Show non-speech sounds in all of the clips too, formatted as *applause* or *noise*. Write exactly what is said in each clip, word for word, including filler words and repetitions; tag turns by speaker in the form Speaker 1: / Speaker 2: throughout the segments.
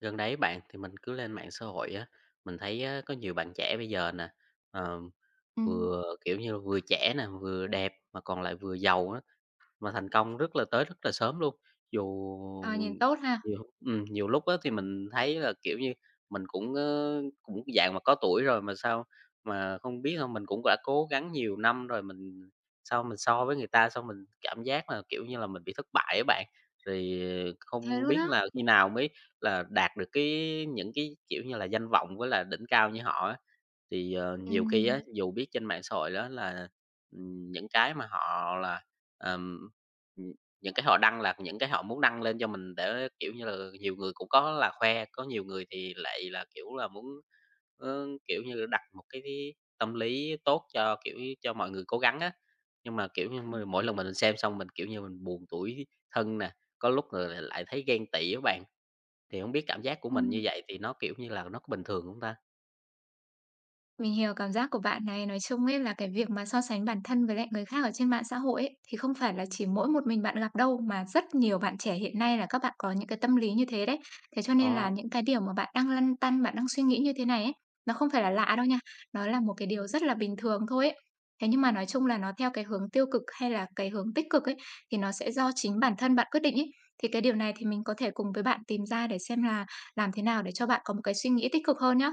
Speaker 1: Gần đấy bạn, thì mình cứ lên mạng xã hội á, mình thấy á, có nhiều bạn trẻ bây giờ nè, ờ,
Speaker 2: Ừm.
Speaker 1: vừa, kiểu như, vừa trẻ nè, vừa đẹp mà còn lại vừa giàu á mà thành công rất là tới rất là sớm luôn. Dù
Speaker 2: Ờ, nhìn tốt ha,
Speaker 1: nhiều ừm, nhiều lúc á thì mình thấy là, kiểu như, mình cũng, ơ, cũng dạng mà có tuổi rồi mà sao mà không biết không mình cũng đã cố gắng nhiều năm rồi, mình sao mình so với người ta xong mình cảm giác là, kiểu như là, mình bị thất bại á bạn. Thì
Speaker 2: thế
Speaker 1: không
Speaker 2: luôn
Speaker 1: biết
Speaker 2: á.
Speaker 1: là khi nào mới là đạt được cái những cái, kiểu như là, danh vọng với là đỉnh cao như họ á. Thì, ờ, nhiều khi
Speaker 2: Ừm.
Speaker 1: á, dù biết trên mạng xã hội đó là, ừm, những cái mà họ là Ờm, ừm, những cái họ đăng là những cái họ muốn đăng lên cho mình để, kiểu như là, nhiều người cũng có là khoe, có nhiều người thì lại là, kiểu là, muốn, ơ, kiểu như, là đặt một cái tâm lý tốt cho, kiểu, như cho mọi người cố gắng á. Nhưng mà, kiểu như, m
Speaker 2: Ừm.
Speaker 1: mỗi lần mình xem xong mình, kiểu như, mình buồn tủi thân nè, có lúc rồi lại lại thấy ghen tị á bạn, thì không biết cảm giác của mình như
Speaker 2: Ừm.
Speaker 1: vậy thì nó, kiểu như là, nó có bình thường hông ta?
Speaker 2: Mình hiểu cảm giác của bạn này, nói chung ấy là cái việc mà so sánh bản thân với lại người khác ở trên mạng xã hội ấy, thì không phải là chỉ mỗi một mình bạn gặp đâu mà rất nhiều bạn trẻ hiện nay là các bạn có những cái tâm lý như thế đấy. Thế cho nên
Speaker 1: Ồ,
Speaker 2: là những cái điều mà bạn đang lăn tăn, bạn đang suy nghĩ như thế này ấy, nó không phải là lạ đâu nha, nó là một cái điều rất là bình thường thôi ấy. Thế nhưng mà nói chung là nó theo cái hướng tiêu cực hay là cái hướng tích cực ấy thì nó sẽ do chính bản thân bạn quyết định ấy. Thì cái điều này thì mình có thể cùng với bạn tìm ra để xem là làm thế nào để cho bạn có một cái suy nghĩ tích cực hơn nhá.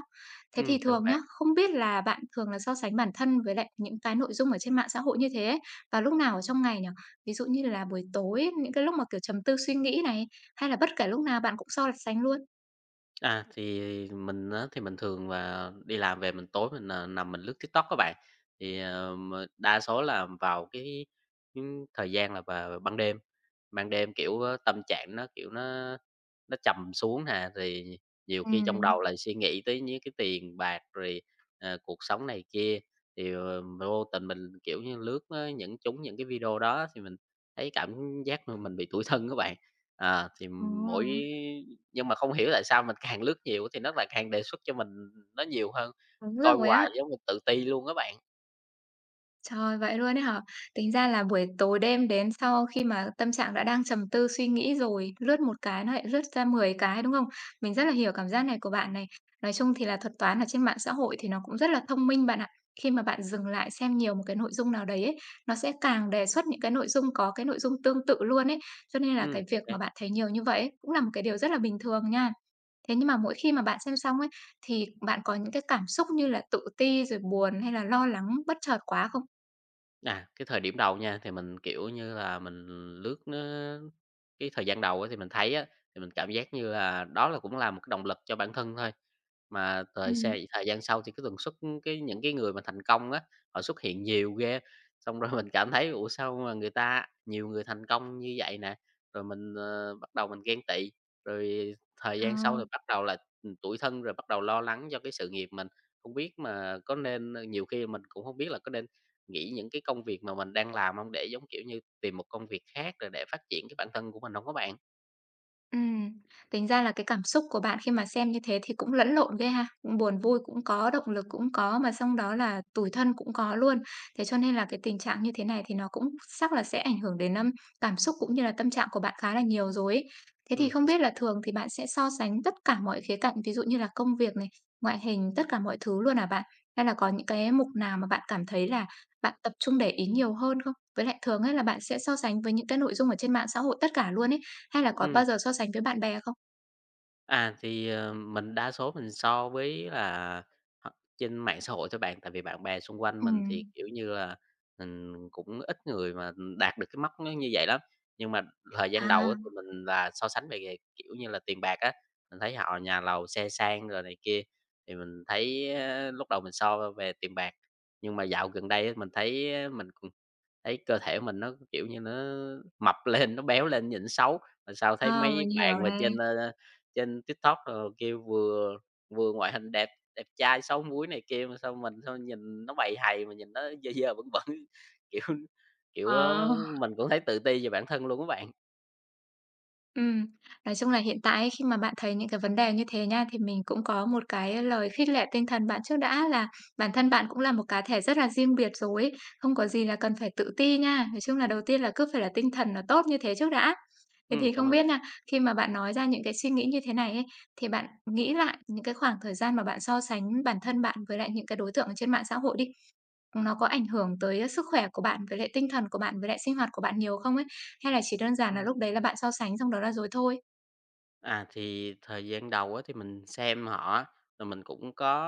Speaker 2: Thế
Speaker 1: ừm,
Speaker 2: thì
Speaker 1: chào
Speaker 2: thường nhá,
Speaker 1: bạn.
Speaker 2: không biết là bạn thường là so sánh bản thân với lại những cái nội dung ở trên mạng xã hội như thế ấy, vào lúc nào ở trong ngày nhỉ? Ví dụ như là buổi tối ấy, những cái lúc mà, kiểu, trầm tư suy nghĩ này, hay là bất kể lúc nào bạn cũng so sánh luôn?
Speaker 1: À, thì mình á, thì mình thường là đi làm về mình tối mình, à, nằm mình lướt TikTok các bạn. Thì, ờ, mà đa số là vào cái, ưm, thời gian là vào ban đêm, ban đêm, kiểu, á, tâm trạng nó, kiểu, nó nó trầm xuống nè, thì nhiều khi trong
Speaker 2: Ừm.
Speaker 1: đầu lại suy nghĩ tới những cái tiền bạc rồi, ờ, cuộc sống này kia, thì, ờ, vô tình mình, kiểu như, lướt á, những chúng những cái video đó thì mình thấy cảm giác mà mình bị tủi thân các bạn. À, thì
Speaker 2: Ồ,
Speaker 1: mỗi nhưng mà không hiểu tại sao mình càng lướt nhiều thì nó lại càng đề xuất cho mình nó nhiều hơn,
Speaker 2: đúng
Speaker 1: coi
Speaker 2: rồi
Speaker 1: hoài
Speaker 2: á.
Speaker 1: giống mình tự ti luôn á bạn.
Speaker 2: Trời, vậy luôn ấy hả? Tính ra là buổi tối đêm đến sau khi mà tâm trạng đã đang trầm tư suy nghĩ rồi, lướt một cái nó lại lướt ra mười cái, đúng không? Mình rất là hiểu cảm giác này của bạn này. Nói chung thì là thuật toán ở trên mạng xã hội thì nó cũng rất là thông minh bạn ạ. Khi mà bạn dừng lại xem nhiều một cái nội dung nào đấy ấy, nó sẽ càng đề xuất những cái nội dung có cái nội dung tương tự luôn ấy. Cho nên là
Speaker 1: Ừm,
Speaker 2: cái
Speaker 1: chính
Speaker 2: việc
Speaker 1: xác.
Speaker 2: mà bạn thấy nhiều như vậy ấy, cũng là một cái điều rất là bình thường nha. Thế nhưng mà mỗi khi mà bạn xem xong ấy, thì bạn có những cái cảm xúc như là tự ti rồi buồn hay là lo lắng bất chợt quá không?
Speaker 1: À, cái thời điểm đầu nha, thì mình, kiểu như là, mình lướt nó cái thời gian đầu á thì mình thấy á, thì mình cảm giác như là đó là cũng là một cái động lực cho bản thân thôi. Mà thời
Speaker 2: Ừ,
Speaker 1: xe thời gian sau thì cái tần suất cái những cái người mà thành công á, họ xuất hiện nhiều ghê, xong rồi *laughs* mình cảm thấy "Ủa, sao mà người ta nhiều người thành công như vậy nè?" Rồi mình, ờ, bắt đầu mình ghen tị, rồi thời
Speaker 2: ờ.
Speaker 1: gian sau rồi bắt đầu là, ừm, tủi thân, rồi bắt đầu lo lắng cho cái sự nghiệp mình. Không biết mà có nên, ờ, nhiều khi mình cũng không biết là có nên nghĩ những cái công việc mà mình đang làm không, để, giống kiểu như, tìm một công việc khác rồi để phát triển cái bản thân của mình không có bạn?
Speaker 2: Ừm, tính ra là cái cảm xúc của bạn khi mà xem như thế thì cũng lẫn lộn ghê ha, cũng buồn vui cũng có, động lực cũng có mà xong đó là tủi thân cũng có luôn. Thế cho nên là cái tình trạng như thế này thì nó cũng chắc là sẽ ảnh hưởng đến, ưm, cảm xúc cũng như là tâm trạng của bạn khá là nhiều rồi ấy. Thế thì
Speaker 1: Ừ,
Speaker 2: không
Speaker 1: chính
Speaker 2: biết
Speaker 1: xác.
Speaker 2: là thường thì bạn sẽ so sánh tất cả mọi khía cạnh, ví dụ như là công việc này, ngoại hình, tất cả mọi thứ luôn à bạn? Hay là có những cái mục nào mà bạn cảm thấy là bạn tập trung để ý nhiều hơn không? Với lại thường ấy là bạn sẽ so sánh với những cái nội dung ở trên mạng xã hội tất cả luôn ấy, hay là có
Speaker 1: Ừm,
Speaker 2: bao giờ so sánh với bạn bè không?
Speaker 1: à, thì, ờ, mình đa số mình so với là h trên mạng xã hội thôi bạn, tại vì bạn bè xung quanh mình thì,
Speaker 2: Ừm.
Speaker 1: kiểu như là, mình cũng ít người mà, đạt được cái mốc nó như vậy lắm. Nhưng mà thời gian đầu
Speaker 2: À,
Speaker 1: á, thì mình là so sánh về về, kiểu như là, tiền bạc á, mình thấy họ nhà lầu, xe sang rồi này kia, thì mình thấy, á, lúc đầu mình so về tiền bạc. Nhưng mà dạo gần đây á, mình thấy á, mình cũng thấy cơ thể mình nó, kiểu như, nó mập lên, nó béo lên nhìn xấu, mà sao thấy
Speaker 2: ờ,
Speaker 1: mấy
Speaker 2: mình hiểu
Speaker 1: bạn mà
Speaker 2: này.
Speaker 1: trên, ơ, trên TikTok đồ kia vừa vừa ngoại hình đẹp, đẹp trai xấu muối này kia, mà sao mình sao nhìn nó bầy hầy, mà nhìn nó dơ dơ, bẩn bẩn, *laughs* kiểu kiểu, ơ,
Speaker 2: Ờ,
Speaker 1: mình cũng thấy tự ti về bản thân luôn các bạn.
Speaker 2: ừm. Nói chung là hiện tại ấy, khi mà bạn thấy những cái vấn đề như thế nha, thì mình cũng có một cái lời khích lệ tinh thần bạn trước đã là bản thân bạn cũng là một cá thể rất là riêng biệt rồi ấy, không có gì là cần phải tự ti nha. Nói chung là đầu tiên là cứ phải là tinh thần nó tốt như thế trước đã. Thế
Speaker 1: Ừm,
Speaker 2: thì
Speaker 1: cảm
Speaker 2: không
Speaker 1: ơn
Speaker 2: biết
Speaker 1: bạn.
Speaker 2: nha, khi mà bạn nói ra những cái suy nghĩ như thế này ấy, thì bạn nghĩ lại những cái khoảng thời gian mà bạn so sánh bản thân bạn với lại những cái đối tượng ở trên mạng xã hội đi. Nó có ảnh hưởng tới ờ, sức khỏe của bạn với lại tinh thần của bạn, với lại sinh hoạt của bạn nhiều không ấy? Hay là chỉ đơn giản là
Speaker 1: Ừm.
Speaker 2: lúc đấy là bạn so sánh xong đó là rồi thôi?
Speaker 1: À, thì thời gian đầu á thì mình xem họ á, rồi mình cũng có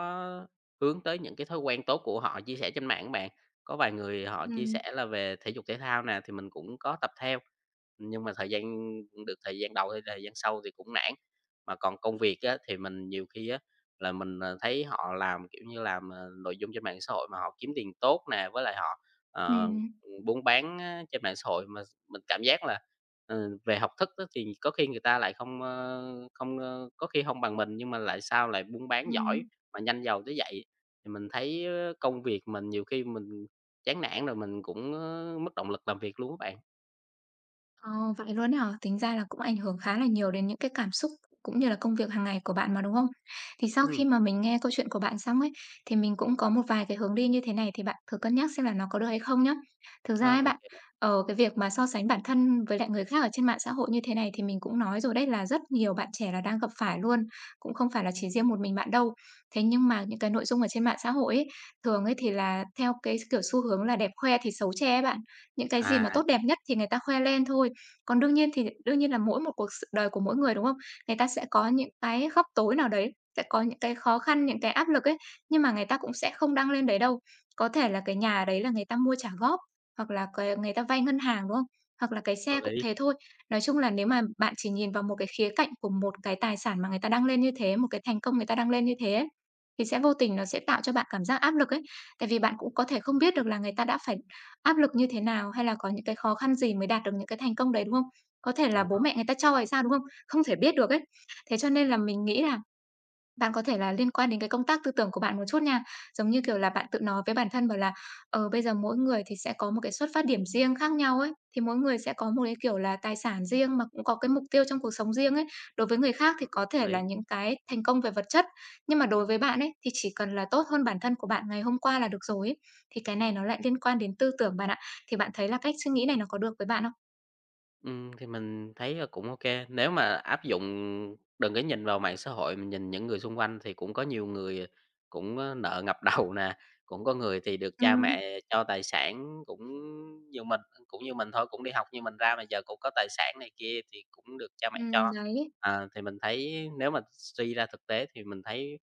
Speaker 1: hướng tới những cái thói quen tốt của họ chia sẻ trên mạng á bạn. Có vài người họ chia
Speaker 2: Ừm.
Speaker 1: sẻ là về thể dục thể thao nè, thì mình cũng có tập theo, nhưng mà thời gian được thời gian đầu hay thời gian sau thì cũng nản. Mà còn công việc á, thì mình nhiều khi á là mình, ờ, thấy họ làm, kiểu như, làm, ờ, nội dung trên mạng xã hội mà họ kiếm tiền tốt nè, với lại họ, ờ,
Speaker 2: Ừm,
Speaker 1: buôn bán á trên mạng xã hội mà mình cảm giác là ừ, về học thức á thì có khi người ta lại không, ơ, không, ơ có khi không bằng mình, nhưng mà lại sao lại buôn bán giỏi
Speaker 2: ừm.
Speaker 1: mà nhanh giàu tới vậy. Thì mình thấy á công việc mình nhiều khi mình chán nản rồi mình cũng, ơ, mất động lực làm việc luôn các bạn.
Speaker 2: Ờ, vậy luôn ấy hả? Tính ra là cũng ảnh hưởng khá là nhiều đến những cái cảm xúc cũng như là công việc hàng ngày của bạn mà, đúng không? Thì sau
Speaker 1: Ừ,
Speaker 2: khi mà mình nghe câu chuyện của bạn xong ấy, thì mình cũng có một vài cái hướng đi như thế này thì bạn thử cân nhắc xem là nó có được hay không nhá. Thực
Speaker 1: a,
Speaker 2: ra ấy
Speaker 1: ô
Speaker 2: bạn,
Speaker 1: bạn.
Speaker 2: ở cái việc mà so sánh bản thân với lại người khác ở trên mạng xã hội như thế này thì mình cũng nói rồi đấy là rất nhiều bạn trẻ là đang gặp phải luôn, cũng không phải là chỉ riêng một mình bạn đâu. Thế nhưng mà những cái nội dung ở trên mạng xã hội ấy, thường ấy thì là theo cái kiểu xu hướng là đẹp khoe thì xấu che ấy bạn. Những cái gì mà
Speaker 1: À,
Speaker 2: tốt đẹp nhất thì người ta khoe lên thôi. Còn đương nhiên thì đương nhiên là mỗi một cuộc s đời của mỗi người, đúng không? Người ta sẽ có những cái khóc tối nào đấy, sẽ có những cái khó khăn, những cái áp lực ấy, nhưng mà người ta cũng sẽ không đăng lên đấy đâu. Có thể là cái nhà đấy là người ta mua trả góp, hoặc là cái người ta vay ngân hàng, đúng không? Hoặc là cái
Speaker 1: có
Speaker 2: xe cũng
Speaker 1: lý,
Speaker 2: thế thôi. Nói chung là nếu mà bạn chỉ nhìn vào một cái khía cạnh của một cái tài sản mà người ta đăng lên như thế, một cái thành công người ta đăng lên như thế ấy, thì sẽ vô tình nó sẽ tạo cho bạn cảm giác áp lực ấy. Tại vì bạn cũng có thể không biết được là người ta đã phải áp lực như thế nào, hay là có những cái khó khăn gì mới đạt được những cái thành công đấy, đúng không? Có thể là
Speaker 1: đúng
Speaker 2: bố
Speaker 1: rồi,
Speaker 2: mẹ người ta cho hay sao, đúng không? Không thể biết được ấy. Thế cho nên là mình nghĩ là bạn có thể là liên quan đến cái công tác tư tưởng của bạn một chút nha. Giống như, kiểu là, bạn tự nói với bản thân bảo là, ờ, bây giờ mỗi người thì sẽ có một cái xuất phát điểm riêng khác nhau ấy, thì mỗi người sẽ có một cái, kiểu là, tài sản riêng mà cũng có cái mục tiêu trong cuộc sống riêng ấy. Đối với người khác thì có
Speaker 1: có
Speaker 2: thể
Speaker 1: lý.
Speaker 2: là những cái thành công về vật chất, nhưng mà đối với bạn ấy thì chỉ cần là tốt hơn bản thân của bạn ngày hôm qua là được rồi ấy. Thì cái này nó lại liên quan đến tư tưởng bạn ạ. Thì bạn thấy là cách suy nghĩ này nó có được với bạn không?
Speaker 1: Ừm, thì mình thấy là cũng ok. Nếu mà áp dụng đừng có nhìn vào mạng xã hội, mình nhìn những người xung quanh thì cũng có nhiều người cũng, ơ, nợ ngập *laughs* đầu nè, cũng có người thì được cha
Speaker 2: Ừm,
Speaker 1: mẹ cho tài sản, cũng như mình cũng như mình thôi, cũng đi học như mình ra mà giờ cũng có tài sản này kia thì cũng được cha mẹ
Speaker 2: ừm,
Speaker 1: cho.
Speaker 2: đấy.
Speaker 1: À, thì mình thấy nếu mà suy ra thực tế thì mình thấy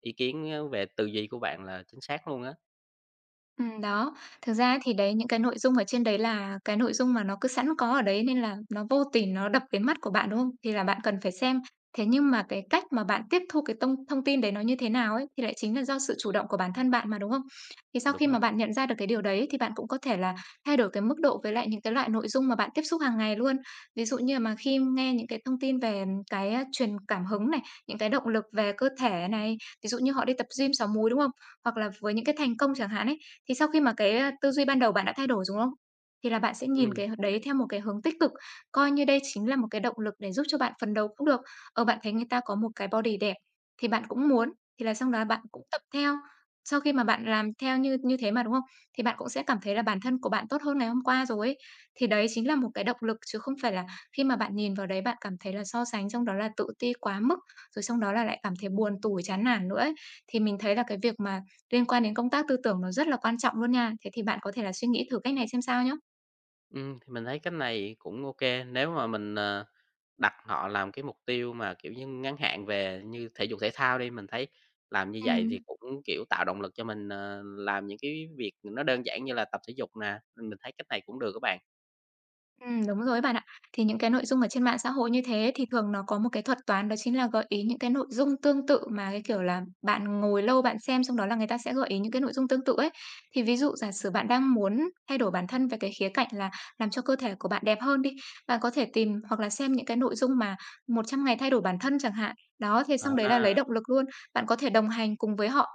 Speaker 1: ý kiến, ơ, về tư duy của bạn là chính xác luôn á.
Speaker 2: Ừm, đó. Thực ra thì đấy, những cái nội dung ở trên đấy là cái nội dung mà nó cứ sẵn có ở đấy nên là nó vô tình nó đập cái mắt của bạn, đúng không? Thì là bạn cần phải xem. Thế nhưng mà cái cách mà bạn tiếp thu cái thông thông tin đấy nó như thế nào ấy, thì lại chính là do sự chủ động của bản thân bạn mà, đúng không? Thì sau
Speaker 1: Đúng
Speaker 2: khi
Speaker 1: rồi.
Speaker 2: mà bạn nhận ra được cái điều đấy thì bạn cũng có thể là thay đổi cái mức độ với lại những cái loại nội dung mà bạn tiếp xúc hàng ngày luôn. Ví dụ như mà khi nghe những cái thông tin về cái, a, truyền cảm hứng này, những cái động lực về cơ thể này, ví dụ như họ đi tập gym sáu múi, đúng không? Hoặc là với những cái thành công chẳng hạn ấy, thì sau khi mà cái, a, tư duy ban đầu bạn đã thay đổi đúng không? Thì là bạn sẽ
Speaker 1: Ừm,
Speaker 2: nhìn cái
Speaker 1: mình
Speaker 2: đấy
Speaker 1: hiểu.
Speaker 2: theo một cái hướng tích cực, coi như đây chính là một cái động lực để giúp cho bạn phấn đấu cũng được. Ở bạn thấy người ta có một cái body đẹp thì bạn cũng muốn, thì là xong đó bạn cũng tập theo. Sau khi mà bạn làm theo như như thế mà, đúng không? Thì bạn cũng sẽ cảm thấy là bản thân của bạn tốt hơn ngày hôm qua rồi ấy. Thì đấy chính là một cái động lực chứ không phải là khi mà bạn nhìn vào đấy bạn cảm thấy là so sánh, xong đó là tự ti quá mức, rồi xong đó là lại cảm thấy buồn tủi, chán nản nữa ấy. Thì mình thấy là cái việc mà liên quan đến công tác tư tưởng nó rất là quan trọng luôn nha. Thế thì bạn có thể là suy nghĩ thử cách này xem sao nhá.
Speaker 1: Ừm, thì mình thấy cách này cũng ok. Nếu mà mình, ờ đặt họ làm cái mục tiêu mà, kiểu như, ngắn hạn về như thể dục thể thao đi, mình thấy làm như vậy
Speaker 2: Ừm.
Speaker 1: thì cũng, kiểu, tạo động lực cho mình, ờ, làm những cái việc nó đơn giản như là tập thể dục nè, ừm, mình thấy cách này cũng được các bạn.
Speaker 2: Ừm, đúng rồi ấy bạn ạ. Thì những cái nội dung ở trên mạng xã hội như thế thì thường nó có một cái thuật toán, đó chính là gợi ý những cái nội dung tương tự, mà cái kiểu là bạn ngồi lâu bạn xem xong đó là người ta sẽ gợi ý những cái nội dung tương tự ấy. Thì ví dụ giả sử bạn đang muốn thay đổi bản thân về cái khía cạnh là làm cho cơ thể của bạn đẹp hơn đi, bạn có thể tìm hoặc là xem những cái nội dung mà một trăm ngày thay đổi bản thân chẳng hạn. Đó, thế xong đấy là lấy
Speaker 1: À,
Speaker 2: động lực luôn. Bạn có thể đồng hành cùng với họ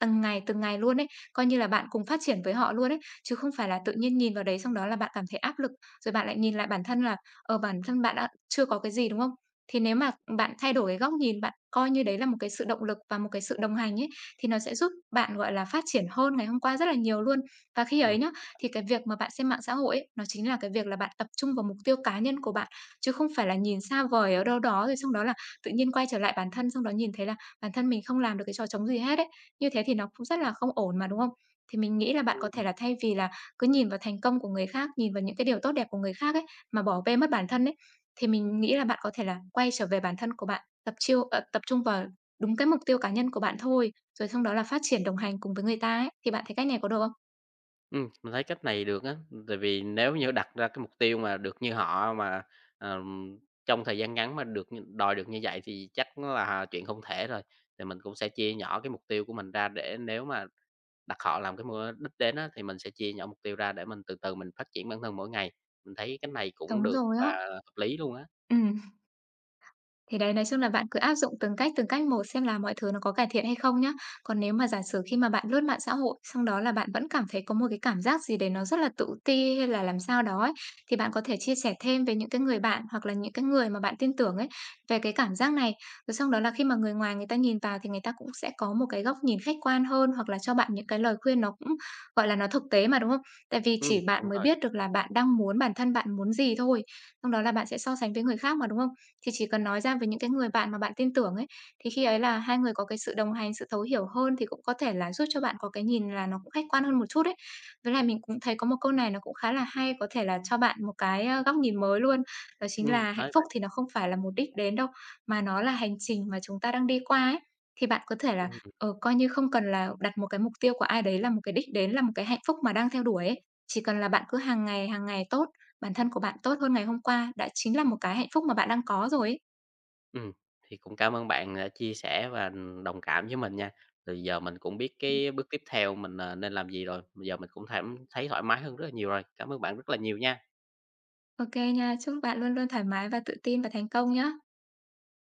Speaker 2: từng ngày, từng ngày luôn ấy, coi như là bạn cùng phát triển với họ luôn ấy, chứ không phải là tự nhiên nhìn vào đấy xong đó là bạn cảm thấy áp lực, rồi bạn lại nhìn lại bản thân là, ở bản thân bạn đã chưa có cái gì, đúng không? Thì nếu mà bạn thay đổi cái góc nhìn, bạn coi như đấy là một cái sự động lực và một cái sự đồng hành ấy, thì nó sẽ giúp bạn, gọi là, phát triển hơn ngày hôm qua rất là nhiều luôn. Và khi
Speaker 1: ừm,
Speaker 2: ấy nhá, thì cái việc mà bạn xem mạng xã hội ấy, nó chính là cái việc là bạn tập trung vào mục tiêu cá nhân của bạn, chứ không phải là nhìn xa vời ở đâu đó, rồi xong đó là tự nhiên quay trở lại bản thân, xong đó nhìn thấy là bản thân mình không làm được cái trò trống gì hết ấy. Như thế thì nó cũng rất là không ổn mà, đúng không? Thì mình nghĩ là bạn có thể
Speaker 1: ừm,
Speaker 2: là, thay vì là cứ nhìn vào thành công của người khác, nhìn vào những cái điều tốt đẹp của người khác ấy, mà bỏ bê mất bản thân ấy, thì mình nghĩ là bạn có thể là quay trở về bản thân của bạn, tập chiêu ờ, tập trung vào đúng cái mục tiêu cá nhân của bạn thôi, rồi sau đó là phát triển đồng hành cùng với người ta ấy, thì bạn thấy cách này có được không?
Speaker 1: ừm, mình thấy cách này được á, tại vì nếu như đặt ra cái mục tiêu mà được như họ mà, ờm, trong thời gian ngắn mà được như đòi được như vậy thì chắc nó là chuyện không thể rồi, thì mình cũng sẽ chia nhỏ cái mục tiêu của mình ra để nếu mà đặt họ làm cái mô đích đến á, thì mình sẽ chia nhỏ mục tiêu ra để mình từ từ mình phát triển bản thân mỗi ngày. Mình thấy cái này cũng
Speaker 2: Đúng
Speaker 1: được
Speaker 2: rồi
Speaker 1: và
Speaker 2: á.
Speaker 1: hợp lý luôn á.
Speaker 2: Ừ. Thì đấy, nói chung là bạn cứ áp dụng từng cách, từng cách một xem là mọi thứ nó có cải thiện hay không nhá. Còn nếu mà giả sử khi mà bạn lướt mạng xã hội, xong đó là bạn vẫn cảm thấy có một cái cảm giác gì đấy nó rất là tự ti hay là làm sao đó ấy, thì bạn có thể chia sẻ thêm với những cái người bạn hoặc là những cái người mà bạn tin tưởng ấy về cái cảm giác này. Rồi xong đó là khi mà người ngoài người ta nhìn vào thì người ta cũng sẽ có một cái góc nhìn khách quan hơn, hoặc là cho bạn những cái lời khuyên nó cũng, gọi là, nó thực tế mà, đúng không? Tại vì
Speaker 1: Ừ,
Speaker 2: chỉ
Speaker 1: đúng
Speaker 2: bạn mới
Speaker 1: rồi.
Speaker 2: biết được là bạn đang muốn bản thân bạn muốn gì thôi, xong đó là bạn sẽ so sánh với người khác mà, đúng không? Thì chỉ cần nói ra với những cái người bạn mà bạn tin tưởng ấy, thì khi ấy là hai người có cái sự đồng hành, sự thấu hiểu hơn, thì cũng có thể là giúp cho bạn có cái nhìn là nó cũng khách quan hơn một chút ấy. Với lại mình cũng thấy có một câu này nó cũng khá là hay, có thể là cho bạn một cái, ơ, góc nhìn mới luôn, đó
Speaker 1: Ừ,
Speaker 2: chính là hạnh
Speaker 1: nói
Speaker 2: phúc
Speaker 1: bạn.
Speaker 2: thì nó không phải là một đích đến đâu, mà nó là hành trình mà chúng ta đang đi qua ấy. Thì bạn có thể là,
Speaker 1: Ừ,
Speaker 2: ờ, coi như không cần là đặt một cái mục tiêu của ai đấy là một cái đích đến, là một cái hạnh phúc mà đang theo đuổi ấy, chỉ cần là bạn cứ hàng ngày, hàng ngày tốt bản thân của bạn tốt hơn ngày hôm qua đã chính là một cái hạnh phúc mà bạn đang có rồi ấy.
Speaker 1: ừm, thì cũng cảm ơn bạn đã chia sẻ và, đồng cảm với mình nha. Từ giờ mình cũng biết
Speaker 2: Ừm.
Speaker 1: cái bước tiếp theo mình, ờ, nên làm gì rồi. Bây giờ mình cũng thảm thấy thoải mái hơn rất là nhiều rồi. Cảm ơn bạn rất là nhiều nha.
Speaker 2: Ô nha, chúc bạn luôn luôn thoải mái và tự tin và thành công nhá.